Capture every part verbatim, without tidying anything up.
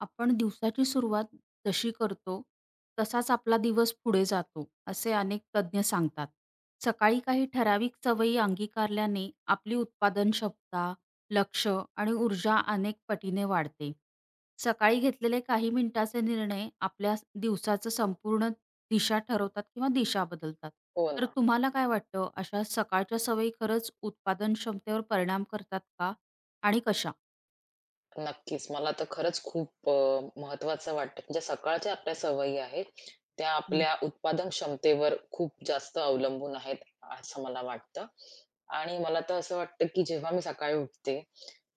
आपण दिवसाची सुरुवात जशी करतो तसाच आपला दिवस पुढे जातो असे अनेक तज्ज्ञ सांगतात. सकाळी काही ठराविक सवयी अंगीकारल्याने आपली उत्पादन क्षमता, लक्ष आणि ऊर्जा अनेक पटीने वाढते. सकाळी घेतलेले काही मिनिटाचे निर्णय आपल्या दिवसाचं संपूर्ण दिशा ठरवतात किंवा दिशा बदलतात. हो तर ना. तुम्हाला काय वाटतं अशा सकाळच्या सवयी खरंच उत्पादन क्षमतेवर परिणाम करतात का आणि कशा? नक्कीच. मला तर खरंच खूप अ, महत्वाचं वाटतं. म्हणजे सकाळच्या आपल्या सवयी आहेत, त्या हं. आपल्या उत्पादन क्षमतेवर खूप जास्त अवलंबून आहेत, असं मला वाटतं. आणि मला तर असं वाटतं, की जेव्हा मी सकाळी उठते,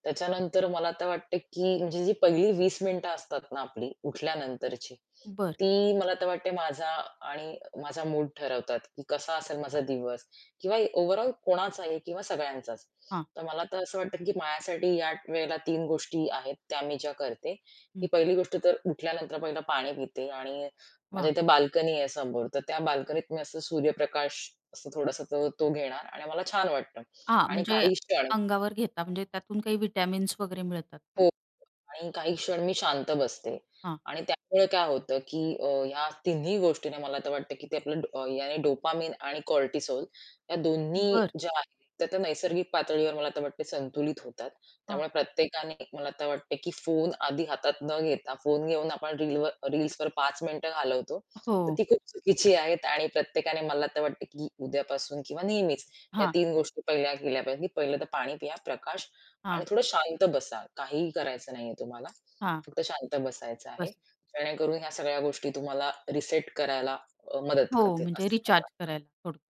त्याच्यानंतर मला तर वाटतं, की म्हणजे जी पहिली वीस मिनिटं असतात ना आपली उठल्यानंतरची, बरं. ती मला तर वाटते माझा आणि माझा मूड ठरवतात, की कसा असेल माझा दिवस. किंवा ओव्हरऑल कोणाचाही किंवा सगळ्यांचाच. हां. तर मला तर असं वाटतं, की माझ्यासाठी या वेळेला तीन गोष्टी आहेत, त्या मी ज्या करते, हं. की पहिली गोष्ट तर उठल्यानंतर पहिलं पाणी पिते आणि वा. माझ्या इथे बाल्कनी आहे समोर, तर त्या बाल्कनीत मी असं सूर्यप्रकाश असं थोडासा तो तो घेणार आणि मला छान वाटतं हां, आणि म्हणजे काही क्षण अंगावर घेता म्हणजे त्यातून काही विटॅमिन्स वगैरे मिळतात का? हो. आणि काही क्षण मी शांत बसते. हां, आणि त्यामुळे काय होतं, की अ, ह्या तिन्ही गोष्टीने मला तर वाटतं, की ते आपलं डो अ, याने डोपामाइन आणि कॉर्टिसोल या दोन्ही बर, ज्या आहेत, त्या त्या नैसर्गिक पातळीवर मला तर वाटते संतुलित होतात. हां. त्यामुळे प्रत्येकाने मला तर वाटते, की फोन आधी हातात न घेता, फोन घेऊन आपण रीलवर रील्सवर पाच मिनिटं घालवतो. हो. तर ती खूप चुकीची आहेत आणि प्रत्येकाने मला तर वाटतं, की उद्यापासून किंवा नेहमीच या हां, तीन गोष्टी पहिल्या केल्या पाहिजेत, की पहिलं तर पाणी पिया, प्रकाश आणि हां, थोडं शांत बसा. काहीही करायचं नाहीये तुम्हाला. हां. फक्त शांत बसायचं आहे. बस. जेणेकरून ह्या सगळ्या गोष्टी तुम्हाला रिसेट करायला अ, मदत हो, करतील म्हणजे असं मला रिचार्ज वाटतं. करायला थोडक्यात.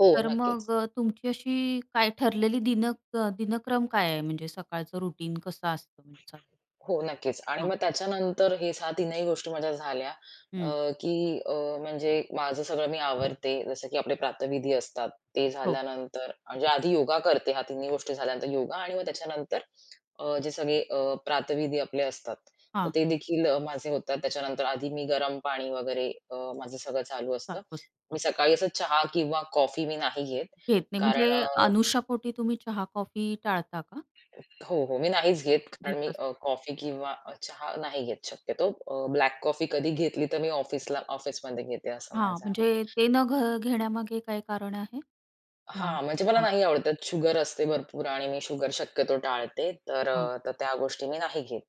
हो, तर नक्कीच. मग अ, तुमची अशी काय ठरलेली दिन अ, दिनक्रम काय आहे? म्हणजे सकाळचं रुटीन कसं असतं म्हणजे साधारण? हो, नक्कीच. आणि हां. मग त्याच्यानंतर हे सहा तीनही गोष्टी माझ्या झाल्या हं. अ, की अ, म्हणजे माझं सगळं मी आवरते. जसं की आपले प्रातःविधी असतात, ते हो. झाल्यानंतर म्हणजे आधी योगा करते. ह्या तिन्ही गोष्टी झाल्यानंतर योगा आणि मग त्याच्यानंतर अ, जे सगळे अ, प्रातःविधी आपले असतात, तर हां, ते देखील अ, माझे होतात. त्याच्यानंतर आधी मी गरम पाणी वगैरे अ, माझं सगळं चालू असतं. चालू असतं. मी हां. सकाळी असं चहा किंवा कॉफी मी नाही घेत. घेत नाही कारण म्हणजे अनुशापोटी तुम्ही चहा, कॉफी टाळता का? हो, हो. मी नाहीच घेत कारण मी घेता अ, कॉफी किंवा अ, चहा नाही घेत शक्यतो. अ, ब्लॅक कॉफी कधी घेतली तर मी ऑफिसला ऑफिसमध्ये घेते असं हां, माझं आहे. म्हणजे ते न घ घेण्यामागे काय कारण आहे? हां, हां, म्हणजे मला हां, नाही आवडत. त्यात शुगर असते भरपूर आणि मी शुगर शक्यतो टाळते. तर अ, तर त्या गोष्टी मी नाही घेत.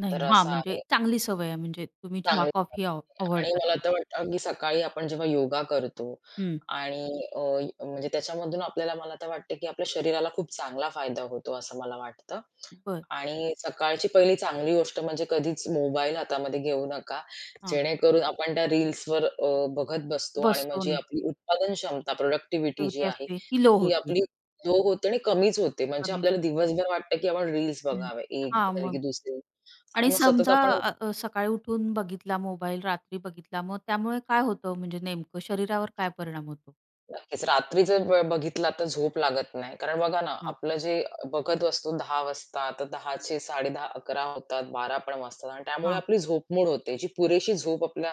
नाही. तर हां, असं म्हणजे आहे चांगली सवय आहे म्हणजे तुम्ही चांगली चहा-कॉफी अव अव्हॉइड आणि मला करता. तर वाटतं की सकाळी आपण जेव्हा योगा करतो हं. आणि अ, म्हणजे त्याच्यामधून आपल्याला मला तर वाटतं की आपल्या शरीराला खूप चांगला फायदा होतो असं मला वाटतं. बरं. आणि सकाळची पहिली चांगली गोष्ट म्हणजे कधीच मोबाईल हातामध्ये घेऊ नका. हां. जेणेकरून आपण त्या रील्सवर अ, बघत बसतो आणि मग बसतो जी आणि आपली उत्पादन क्षमता, प्रॉडक्टिव्हिटी जी ऍक्टिव्हिटी आहे, असते ती लो ती होते. आपली लो होते आणि कमीच होते. म्हणजे कमीच आपल्याला होते. दिवसभर वाटतं, की आपण रील्स हं. बघावे, एक हां, झाली मग की दुसरी आणि आणि मग सतत समजा आपण अ, अ, सकाळी उठून बघितला मोबाईल, रात्री बघितला, मग त्यामुळे काय होतं म्हणजे नेमकं शरीरावर काय परिणाम होतो? नक्कीच. रात्री जर ब बघितला तर झोप लागत नाही. कारण बघा ना, हां, आपलं जे बघत असतो दहा वाजता, तर 10:00चे साडे दहा, अकरा होतात, बारा पण वाजतात आणि त्यामुळे हां. आपली झोपमोड होते. जी पुरेशी झोप आपल्या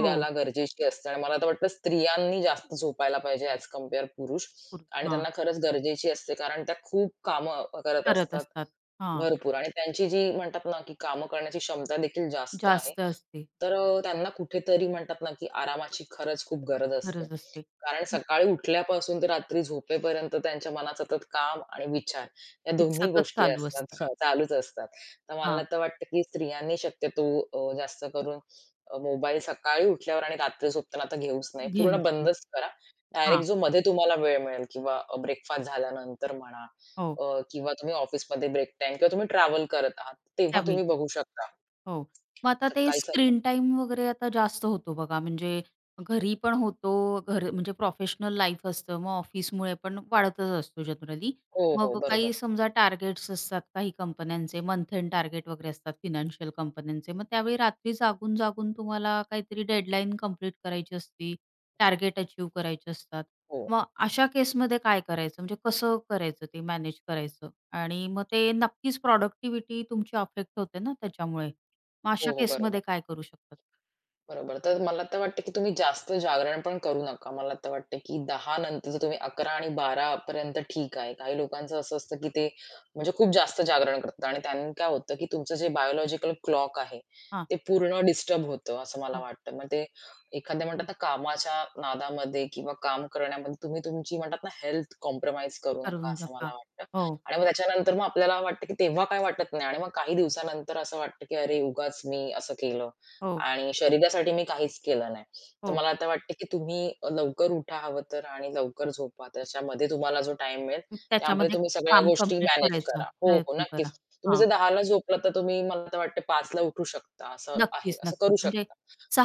हो. गरजेची असते आणि मला तर वाटतं स्त्रियांनी जास्त झोपायला पाहिजे ॲज कंपेअर पुरुष पुर आणि हां. त्यांना खरंच गरजेची असते. कारण त्या खूप कामं करत करत असतात असतात. हां. भरपूर आणि त्यांची जी म्हणतात ना, की कामं करण्याची क्षमता देखील जास्त आहे. जास्त असते. तर अ, त्यांना कुठेतरी म्हणतात ना, की आरामाची खरंच खूप गरज असते. गरज असते. कारण सकाळी उठल्यापासून ते रात्री झोपेपर्यंत त्यांच्या मनात सतत काम आणि विचार या तेच दोन्ही सतत गोष्टी चालू असतात असतात. चालूच असतात. तर मला हां. तर वाटतं, की स्त्रियांनी शक्यतो अ, जास्त करून अ, मोबाईल सकाळी उठल्यावर आणि रात्री झोपताना तर घेऊच नाही. पूर्ण घेऊच नाही. बंदच करा. डायरेक्ट जो मध्ये तुम्हाला वेळ मिळेल किंवा अ, ब्रेकफास्ट झाल्यानंतर म्हणा हो. अ, किंवा तुम्ही ऑफिसमध्ये ब्रेक टाईम किंवा तुम्ही ट्रॅव्हल करत आहात, तेव्हा त्यावेळी तुम्ही बघू शकता. हो. मग आता त्यात ते काहीच हरकत स्क्रीन टाइम वगैरे आता जास्त होतो बघा, म्हणजे घरी पण होतो, घर म्हणजे प्रोफेशनल लाईफ असतं, मग ऑफिसमुळे पण वाढतच असतो जनरली. हो, हो. मग काही बरोबर. समजा टार्गेट्स असतात काही कंपन्यांचे, मंथ एंड टार्गेट वगैरे असतात फिनान्शियल कंपन्यांचे. मग त्यावेळी रात्री जागून, जागून तुम्हाला काहीतरी डेडलाईन कंप्लीट करायची असती, टार्गेट अचीव्ह करायचे असतात. हो. मग अशा केसमध्ये काय करायचं? म्हणजे कसं करायचं ते मॅनेज करायचं? आणि मग ते नक्कीच प्रॉडक्टिव्हिटी तुमची अफेक्ट होते ना त्याच्यामुळे. मग हो, अशा हो. बरोबर, केसमध्ये काय करू शकतात? बरोबर. तर मला तर वाटतं, की तुम्ही जास्त जागरण पण करू नका. मला तर वाटतं, की दहा नंतरचं तुम्ही अकरा आणि बारा पर्यंत ठीक आहे. काही लोकांचं असं असतं, की ते म्हणजे खूप जास्त जागरण करतात आणि त्यांनी काय होतं, की तुमचं जे बायोलॉजिकल क्लॉक आहे, हां, ते पूर्ण डिस्टर्ब होतं असं मला हो. वाटतं. मग ते एखाद्या म्हणतात ना कामाच्या नादामध्ये किंवा काम करण्यामध्ये तुम्ही तुमची म्हणतात ना हेल्थ कॉम्प्रोमाईज करू नका करून असं नका. मला वाटतं. हो, आणि मग त्याच्यानंतर मग आपल्याला वाटतं, की तेव्हा काय वाटत नाही आणि मग काही दिवसानंतर असं वाटतं, की "अरे, उगाच मी असं केलं." हो, आणि शरीरासाठी मी काहीच केलं नाही. तर हो. मला आता वाटतं की तुम्ही अ, लवकर उठा हवं तर आणि लवकर झोपा. त्याच्यामध्ये तुम्हाला जो टाईम मिळेल, मग त्यामध्ये त्याच्यामध्ये तुम्ही सगळ्या काम गोष्टी कंप्लीट मॅनेज करायचा करा. हो, हो, प्रयत्न करा. नक्कीच. तुम्ही हां, जर दहा झोपला तर तुम्ही मला तर वाटतं पाच उठू शकता, असं आहे. नक्कीच, असं नक्कीच. करू म्हणजे शकता.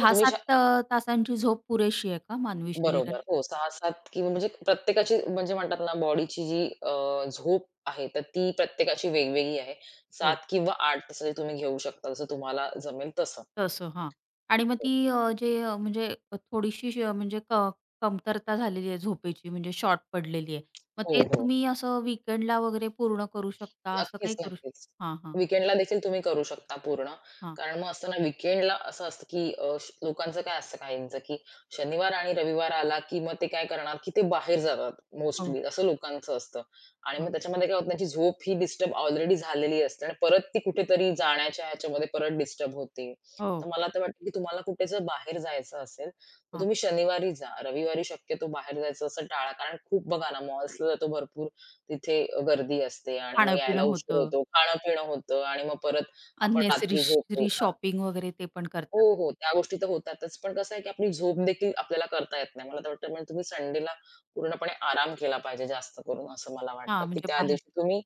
मग तुम्ही श अ, तासांची झोप पुरेशी आहे का मानवी बरोबर. शरीराला? हो, सहा सात किंवा म्हणजे प्रत्येकाची म्हणजे म्हणतात ना बॉडीची जी अ, झोप आहे, तर ती प्रत्येकाची वेगवेगळी आहे. हो. सात किंवा आठ तासाची तुम्ही घेऊ शकता, जसं तुम्हाला जमेल तसं. तसं हां. आणि मग हो, ती अ, जे अ, म्हणजे थोडीशी अ, म्हणजे क कमतरता झालेली आहे झोपेची म्हणजे शॉर्ट पडलेली आहे. मग हो. ते हो. तुम्ही असं वीकेंडला वगैरे पूर्ण करू शकता असं नक्कीच, काही करू नक्कीच. शकता? हां, हां, वीकेंडला देखील तुम्ही करू शकता पूर्ण. हां. कारण मग असतं ना वीकेंडला असं असतं, की अ, श लोकांचं काय असतं काहींचं, की शनिवार आणि रविवार आला, की मग ते काय करणार, की ते बाहेर जातात हो, मोस्टली असं लोकांचं असतं. आणि हां. मग त्याच्यामध्ये काय होतं त्यांची झोप ही डिस्टर्ब ऑलरेडी झालेली असते आणि परत ती कुठेतरी जाण्याच्या ह्याच्यामध्ये परत डिस्टर्ब होते. तर हो. मला तर वाटतं, की तुम्हाला कुठे जर बाहेर जायचं असेल, तर हां, तुम्ही शनिवारी जा. रविवारी शक्यतो बाहेर जायचं असं टाळा. कारण खूप बघा ना मॉल्सला जातो भरपूर तिथे गर्दी असते आणि मग यायला खाणं-पिणं उशीर होतं. होतो, खाणं-पिणं होतं आणि मग परत आपण रात्री झोपतो. अननेसेसरी शॉपिंग वगैरे ते पण हो, करतात. हो. त्या गोष्टी तर होतातच. पण कसं आहे, की आपली झोप देखील आपल्याला करता येत नाही. मला तर वाटतं म्हणजे तुम्ही संडेला पूर्णपणे आराम केला पाहिजे जास्त करून असं मला वाटतं, हां, की म्हणजे त्या बाहेर दिवशी तुम्ही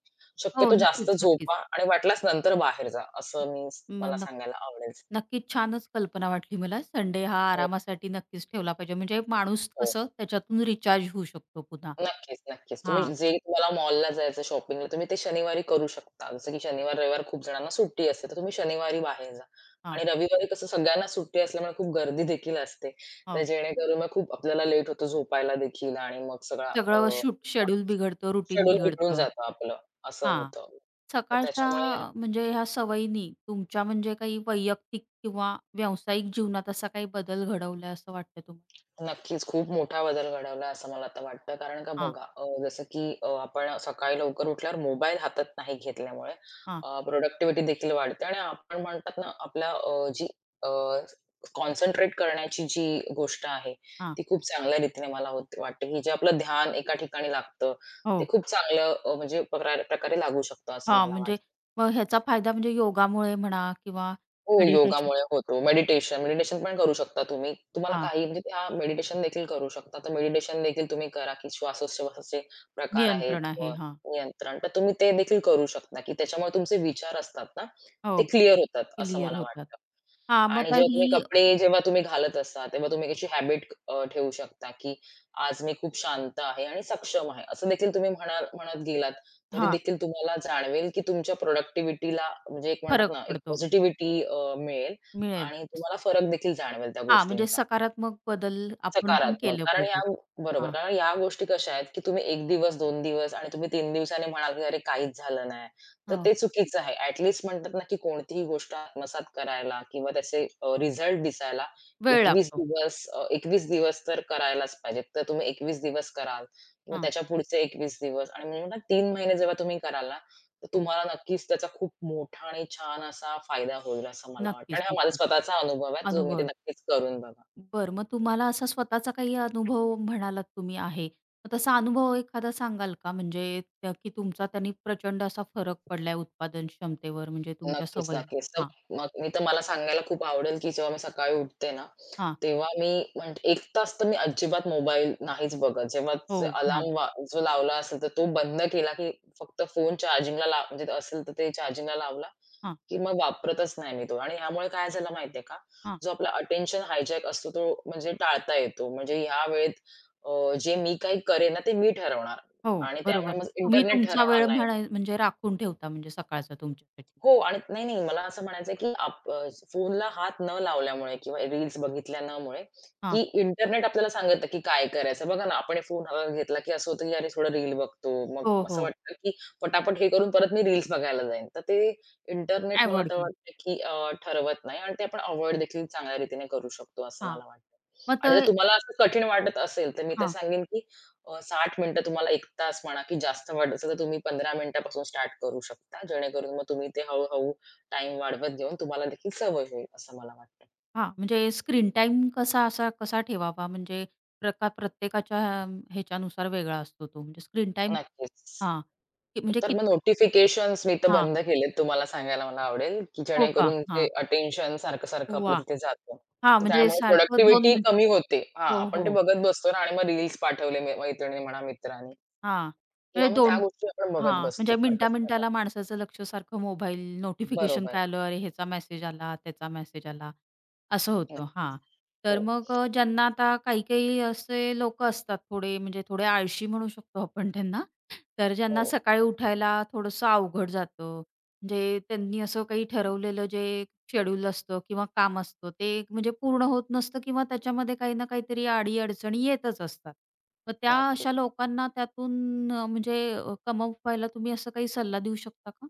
हो, शक्यतो जास्त नक्कीच, नक्कीच. झोपा आणि वाटल्यास नंतर बाहेर जा. असं मी मग मला नक्क सांगायला आवडेल. नक्कीच छानच कल्पना वाटली मला. संडे हा हो, आरामासाठी नक्कीच ठेवला पाहिजे. म्हणजे माणूस हो. कसं त्याच्यातून रिचार्ज होऊ शकतो पुन्हा. नक्कीच, नक्कीच. तुम्ही हां, जे तुम्हाला मॉलला जायचं शॉपिंगला, तुम्ही ते शनिवारी करू शकता. जसं की शनिवार, रविवार खूप जणांना सुट्टी असते, तर तुम्ही शनिवारी बाहेर जा हां, आणि रविवारी कसं सगळ्यांना सुट्टी असल्यामुळे खूप गर्दी देखील असते. तर हो. जेणेकरून मग खूप आपल्याला लेट होतो झोपायला देखील आणि मग सगळा अ, सगळं शूट शेड्यूल बिघडतं, रुटीन शेड्यूल बिघडून बिघडतं. जातं आपलं, असं हां, होतं. तर सकाळच्या त्याच्यामुळे म्हणजे ह्या सवयीनी तुमच्या म्हणजे काही वैयक्तिक किंवा व्यावसायिक जीवनात असा काही बदल घडवलाय असं वाटतं तुम्हाला? नक्कीच, खूप मोठा बदल घडवला असं मला आता वाटतं. कारण का हां, बघा अ, जसं की अ, आपण सकाळी लवकर उठल्यावर मोबाईल हातात नाही घेतल्यामुळे हां, अ, प्रोडक्टिव्हिटी देखील वाढते आणि आपण म्हणतात ना आपल्या अ, जी अ, कॉन्सन्ट्रेट करण्याची जी गोष्ट आहे, हां. ती खूप चांगल्या रीतीने मला होते वाटते, की जे आपलं ध्यान एका ठिकाणी लागतं, ते हो. खूप चांगलं अ, म्हणजे प्रकार प्रकारे लागू शकतं असं हां, मला म्हणजे वाटतं. मग ह्याचा फायदा म्हणजे योगामुळे म्हणा किंवा हो, मेडिटेशन योगामुळे होतो. मेडिटेशन, मेडिटेशन पण करू शकता तुम्ही. तुम्हाला हां, काही म्हणजे त्या मेडिटेशन देखील करू शकता. तर मेडिटेशन देखील तुम्ही करा, की श्वासोच्छवासाचे प्रकार आहेत नियंत्रण व आहे. हां. नियंत्रण. तर तुम्ही ते देखील करू शकता, की त्याच्यामुळे तुमचे विचार असतात ना, हो, ते क्लिअर होतात असं क्लिअर मला होतात. वाटतं. हां, मग आणि आता जेव्हा ही तुम्ही कपडे जेव्हा तुम्ही घालत असता, तेव्हा तुम्ही एक अशी हॅबिट अ, ठेवू शकता, की आज मी खूप शांत आहे आणि सक्षम आहे. असं देखील तुम्ही म्हणाल म्हणत गेलात, तरी हां, देखील तुम्हाला जाणवेल, की तुमच्या प्रॉडक्टिव्हिटीला म्हणजे एक म्हणतात फरक ना, एक पडतो. पॉझिटिव्हिटी मिळेल मिळेल. आणि तुम्हाला फरक देखील जाणवेल त्या हां, म्हणजे गोष्टींचा. सकारात्मक बदल आपण पण सकारात्मक. केले कारण ह्या पाहिजेत. बरोबर. हां, कारण ह्या गोष्टी कशा आहेत, की तुम्ही एक दिवस, दोन दिवस आणि तुम्ही तीन दिवसांनी म्हणाल, की "अरे काहीच झालं नाही." तर हो. ते चुकीचं आहे. ॲट लीस्ट म्हणतात ना, की कोणतीही गोष्ट आत्मसात करायला किंवा त्याचे अ, रिझल्ट दिसायला वेळ 21 लागतो. दिवस अ, एकवीस दिवस तर करायलाच पाहिजेत. तर तुम्ही एकवीस दिवस कराल किंवा हां, त्याच्या पुढचे एकवीस दिवस आणि म्हणजे ना तीन महिने जेव्हा तुम्ही कराल ना, तर हो. तुम्हाला नक्कीच त्याचा खूप मोठा आणि छान असा फायदा होईल असं मला वाटतं नक्कीच, आणि हा माझा नक्कीच. स्वतःचा अनुभव आहे. तर तुम्ही ते अनुभव नक्कीच करून बघा. बरं, मग तुम्हाला असा स्वतःचा काही अनुभव म्हणालात तुम्ही आहे. मग तसा अनुभव एखादा सांगाल का? म्हणजे त्या की तुमचा त्यांनी प्रचंड असा फरक पडलाय उत्पादन क्षमतेवर म्हणजे तुमच्या नक्कीच, सवयी? नक्कीच. तर हां, मग मी तर मला सांगायला खूप आवडेल, की जेव्हा मी सकाळी उठते ना, हां. तेव्हा मी म्हणजे एक तास तर मी अजिबात मोबाईल नाहीच बघत. जेव्हाच हो, म्हणाल. अलार्म जो लावला असेल, तर तो बंद केला, की फक्त फोन चार्जिंगला लाव म्हणजे असेल तर ते चार्जिंगला लावला, हां, की मग वापरतच नाही मी तो. आणि ह्यामुळे काय झालं माहिती का, हां. जो आपला अटेन्शन हायजॅक असतो तो म्हणजे टाळता येतो. म्हणजे ह्या वेळेत अ, जे मी काही करेन ना, ते मी ठरवणार हो, आणि बरोबर. त्यामुळे मग तुम्ही इंटरनेट तुमचा ठरवणार वेळ नाही. म्हणा म्हणजे राखून ठेवता म्हणजे सकाळचा तुमच्यासाठी. हो आणि नाही, नाही मला असं म्हणायचंय, की आप अ, फोनला हात न लावल्यामुळे किंवा रील्स बघितल्या न मुळे, हां. की इंटरनेट आपल्याला सांगतं, की काय करायचं. बघा ना, आपण हे फोन हातात घेतला, की असं होतं, की "अरे, थोडं रील बघतो." हो, मग असं हो. वाटतं, की पटापट हे करून परत मी रील्स बघायला जाईन. तर ते इंटरनेट मला अव्हॉइड तर केलं. वाटतं, की अ, ठरवत नाही आणि ते आपण अव्हॉइड देखील चांगल्या रीतीने करू शकतो, असं हां. मला वाटतं. मग ते आणि जर तुम्हाला असं कठीण वाटत असेल, तर मी तर हां. सांगेन, अ, साठ मिनिटं तुम्हाला एक तास म्हणा, की जास्त वाढत असेल, तर तुम्ही पंधरा मिनिटापासून स्टार्ट करू शकता. जेणेकरून मग तुम्ही ते हळू-हळू टाईम वाढवत घेऊन तुम्हाला देखील सवय होईल, असं मला वाटतं. हां, म्हणजे स्क्रीन टाईम कसा असा कसा ठेवावा? म्हणजे प्रका प्रत्येकाच्या अम, ह्याच्यानुसार वेगळा असतो तो. म्हणजे स्क्रीन टाईम नक्कीच. हां, की म्हणजे तर की मग नोटिफिकेशन्स मी तर हां, बंद केलेत तुम्हाला सांगायला मला आवडेल, की हो का? जेणेकरून ते हां, अटेन्शन सारखं-सारखं आपलं वाह! तिथे जातं. हां, तर म्हणजे त्यामुळे सारखं दोन प्रोडक्टिव्हिटी मिनिट कमी होते. हां, हो, आपण हो. ते बघत बसतो ना आणि मग रील्स पाठवले मै मैत्रिणीने म्हणा, मित्राने हां, किंवा म्हणजे मग त्या दोन गोष्टी आपण बघत हां, बसतो म्हणजे मिनिटा-मिनिटाला सारखं-सारखं. माणसाचं लक्ष सारखं मोबाईल, नोटिफिकेशन बरोबर. काय आलं, अरे ह्याचा मेसेज आला, त्याचा मेसेज आला, असं होतं. नक्की. हां. तर हो, मग अ, ज्यांना आता काही-काही असे लोकं असतात थोडे म्हणजे थोडे आळशी म्हणू शकतो आपण त्यांना. तर हो. ज्यांना सकाळी उठायला थोडंसं अवघड जातं. म्हणजे त्यांनी असं काही ठरवलेलं जे शेड्यूल असतं किंवा काम असतं. ते म्हणजे पूर्ण होत नसतं किंवा त्याच्यामध्ये काही ना काहीतरी आडी अडचणी येतच असतात. मग त्या नक्की. अशा लोकांना त्यातून अ, म्हणजे अ, कमवायला तुम्ही असं काही सल्ला देऊ शकता का?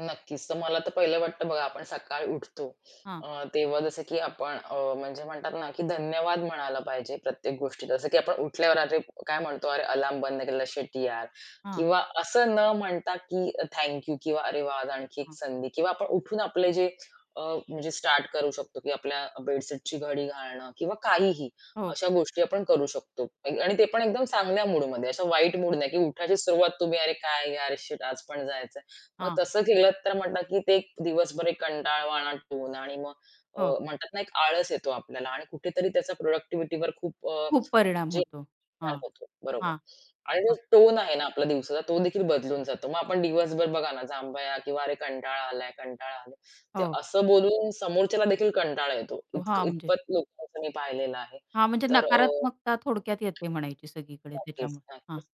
नक्कीच. तर मला तर पहिलं वाटतं बघा आपण सकाळी उठतो हां, अ, तेव्हा जसं की आपण अ, म्हणजे म्हणतात ना, की धन्यवाद म्हणायला पाहिजे प्रत्येक गोष्टीत. जसं की आपण उठल्यावर अरे काय म्हणतो, "अरे अलार्म बंद केलेला, शिट यार." हां, किंवा असं न म्हणता की थँक किंवा "अरे वाह! आज आणखी एक हां. संधी" किंवा आपण उठून आपले जे अ, म्हणजे स्टार्ट करू शकतो की आपल्या बेडशीटची घडी घालणं किंवा काहीही हो, अशा गोष्टी आपण करू शकतो. आणि ते पण एकदम चांगल्या मूडमध्ये, अशा वाईट मूड नाही की उठायची सुरुवात तुम्ही "अरे काय यार, शिट आज पण जायचं मग हां, तसं केलं तर म्हणतात, की ते एक दिवसभर एक कंटाळवाणा टोन आणि मग अ, हो. म्हणतात ना, एक आळस येतो आपल्याला आणि कुठेतरी त्याचा प्रॉडक्टिव्हिटीवर खूप अ, खूप परिणाम जे होतो. हां, परिणाम होतो. बरोबर. हां, आणि जो हां. टोन आहे ना आपला दिवसाचा तो देखील बदलून जातो. मग आपण दिवसभर बघा ना, जांभया किंवा "अरे कंटाळा आलाय, कंटाळा आलाय." ते हो. असं बोलून समोरच्याला देखील कंटाळा येतो. तो इत हां, म्हणजे इतपत लोकांचं मी पाहिलेलं आहे. हां, म्हणजे तर अ नकारात्मकता थोडक्यात येते म्हणायची सगळीकडे नक्कीच, त्याच्यामुळे. हां, नक्कीच.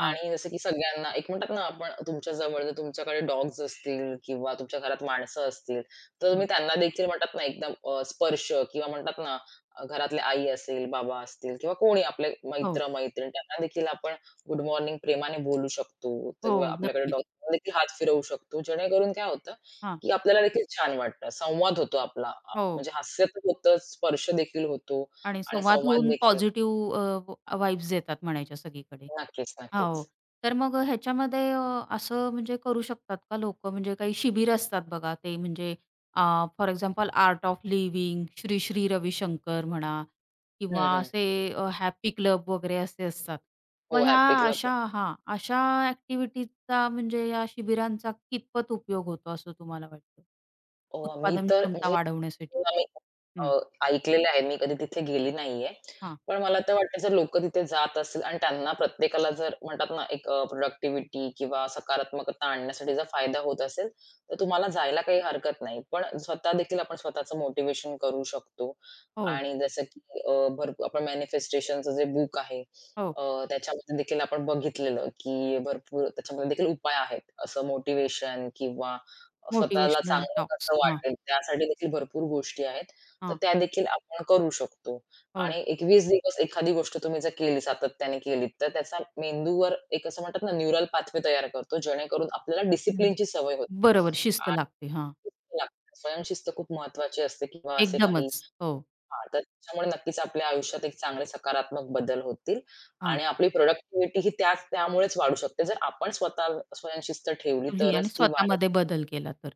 हां, आणि जसं की सगळ्यांना एक म्हणतात ना आपण तुमच्या जवळ जर तुमच्याकडे डॉग्स असतील किंवा तुमच्या घरात माणसं असतील, तर हां. तुम्ही त्यांना देखील म्हणतात ना एकदम अ, स्पर्श किंवा म्हणतात ना अ, घरातले आई असेल, बाबा असतील किंवा कोणी आपले हो, मित्र-मैत्रीण त्यांना देखील आपण गुड मॉर्निंग प्रेमाने बोलू शकतो तर हो. किंवा आपल्याकडे नक्कीच. डॉग्सना देखील हात फिरवू शकतो. जेणेकरून काय होतं, हां, की आपल्याला देखील छान वाटतं. संवाद होतो आपला अ, हो. म्हणजे हास्य तर होतंच, स्पर्श देखील होतो आणि आणि संवाद संवाद होऊन देखील. पॉझिटिव्ह अ, वाइब्स येतात म्हणायच्या सगळीकडे. नक्कीच, हो. नक्कीच. तर मग अ, ह्याच्यामध्ये अ, असं म्हणजे करू शकतात का लोकं? म्हणजे काही शिबिर असतात बघा ते म्हणजे for example art of living, Shri Shri Ravishankar म्हणा हं, किंवा हं. असे अ, हॅपी क्लब वगैरे असे असतात. मग हो, ह्या हॅपी क्लब. अशा हां, अशा ॲक्टिव्हिटीजचा म्हणजे या शिबिरांचा कितपत उपयोग होतो असं तुम्हाला वाटतं? अ, मी उत्पादन तर क्षमता म्हणजे वाढवण्यासाठी? आम्ही हं. अ, ऐकलेलं आहे. मी कधी तिथे गेली नाहीये. हां, पण मला तर वाटतं जर लोकं तिथे जात असतील आणि त्यांना प्रत्येकाला जर म्हणतात ना, एक प्रोडक्टिव्हिटी किंवा सकारात्मकता आणण्यासाठी जर फायदा होत असेल, तर हां. तुम्हाला जायला काही हरकत नाही. पण स्वतः देखील आपण स्वतःचं मोटिव्हेशन करू शकतो हो. आणि जसं की अ, भरपूर आपण मॅनिफेस्टेशनचं जे बुक आहे, हो, अ, त्याच्यामध्ये देखील आपण बघितलेलं, की भरपूर त्याच्यामध्ये देखील उपाय आहेत. असं मोटिव्हेशन किंवा स्वतःला मोटिव्हेशनल चांगलं कसं टॉक्स. हा, वाटेल त्यासाठी देखील भरपूर गोष्टी आहेत. हा, तर त्या देखील आपण करू शकतो हो. आणि एकवीस दिवस एखादी गोष्ट तुम्ही जर केली, सातत्याने केलीत, तर त्याचा मेंदूवर एक असं म्हणतात ना न्यूरल पाथवे तयार करतो, जेणेकरून आपल्याला हं. डिसिप्लिनची सवय होते. बरोबर, शिस्त आणि लागते. हां, लागते. हां. स्वयंशिस्त खूप महत्वाची असते किंवा असे काही एकदमच. हो, हां, तर त्याच्यामुळे नक्कीच आपल्या आयुष्यात एक चांगले सकारात्मक बदल होतील हा, आणि आपली प्रॉडक्टिव्हिटी ही त्याच त्यामुळेच वाढू शकते. जर आपण स्वतः स्वयंशिस्त ठेवली तुम्ही आणि तरच ती वाढेल. स्वतःमध्ये बदल केला तर.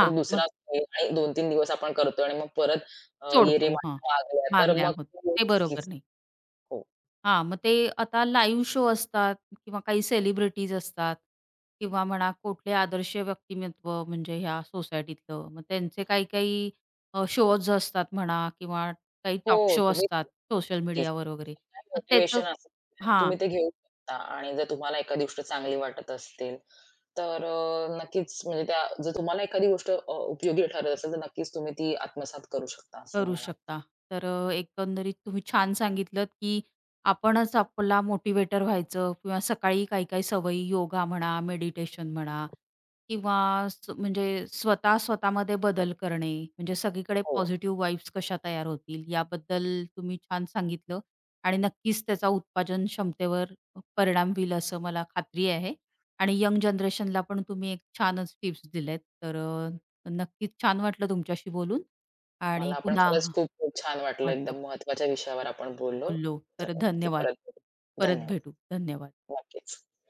तर मग दुसरा खेळ आणि दोन तीन दिवस आपण करतोय आणि मग परत अ, सोडतो. हां, येरेमाऱ्या लागल्या, तर मागल्या मग आहोत. ते ते बरोबर चुकीचं नाही. हो. हां, मग ते आता लाईव्ह शो असतात किंवा काही सेलिब्रिटीज असतात किंवा म्हणा कुठले आदर्श व्यक्तिमत्व म्हणजे ह्या सोसायटीतलं. मग त्यांचे काही काही शोज असतात म्हणा किंवा काही हो, टॉक शो तुम्ही असतात नक्कीच. सोशल मीडियावर वगैरे. काय मग त्याचं मोटिव्हेशन असेल, हां. तुम्ही ते घेऊ शकता आणि जर तुम्हाला एखादी गोष्ट चांगली वाटत असतील, तर अ, नक्कीच म्हणजे त्या जर तुम्हाला एखादी गोष्ट अ, उपयोगी ठरत असेल, तर नक्कीच तुम्ही ती आत्मसात करू शकता असं करू मला वाटतं. शकता. तर अ, एकंदरीत तुम्ही छान सांगितलंत, की आपणच आपला मोटिवेटर व्हायचं किंवा सकाळी काही-काही सवयी योगा म्हणा, मेडिटेशन म्हणा किंवा स म्हणजे स्वतः स्वतःमध्ये बदल करणे, म्हणजे सगळीकडे हो. पॉझिटिव्ह वाइब्स कशा तयार होतील याबद्दल तुम्ही छान सांगितलं आणि नक्कीच त्याचा उत्पादन क्षमतेवर परिणाम होईल असं मला खात्री आहे आणि यंग जनरेशनला पण तुम्ही एक छानच टिप्स दिल्यात. तर अ, नक्कीच छान वाटलं तुमच्याशी बोलून आणि मला पण पुन्हा खरंच खूप खूप छान वाटलं. वाटप एकदम महत्त्वाच्या विषयावर आपण बोललो. बोललो. तर तर नक्की धन्यवाद. परत भेटू. परत धन्यवाद. भेटू. धन्यवाद. नक्कीच.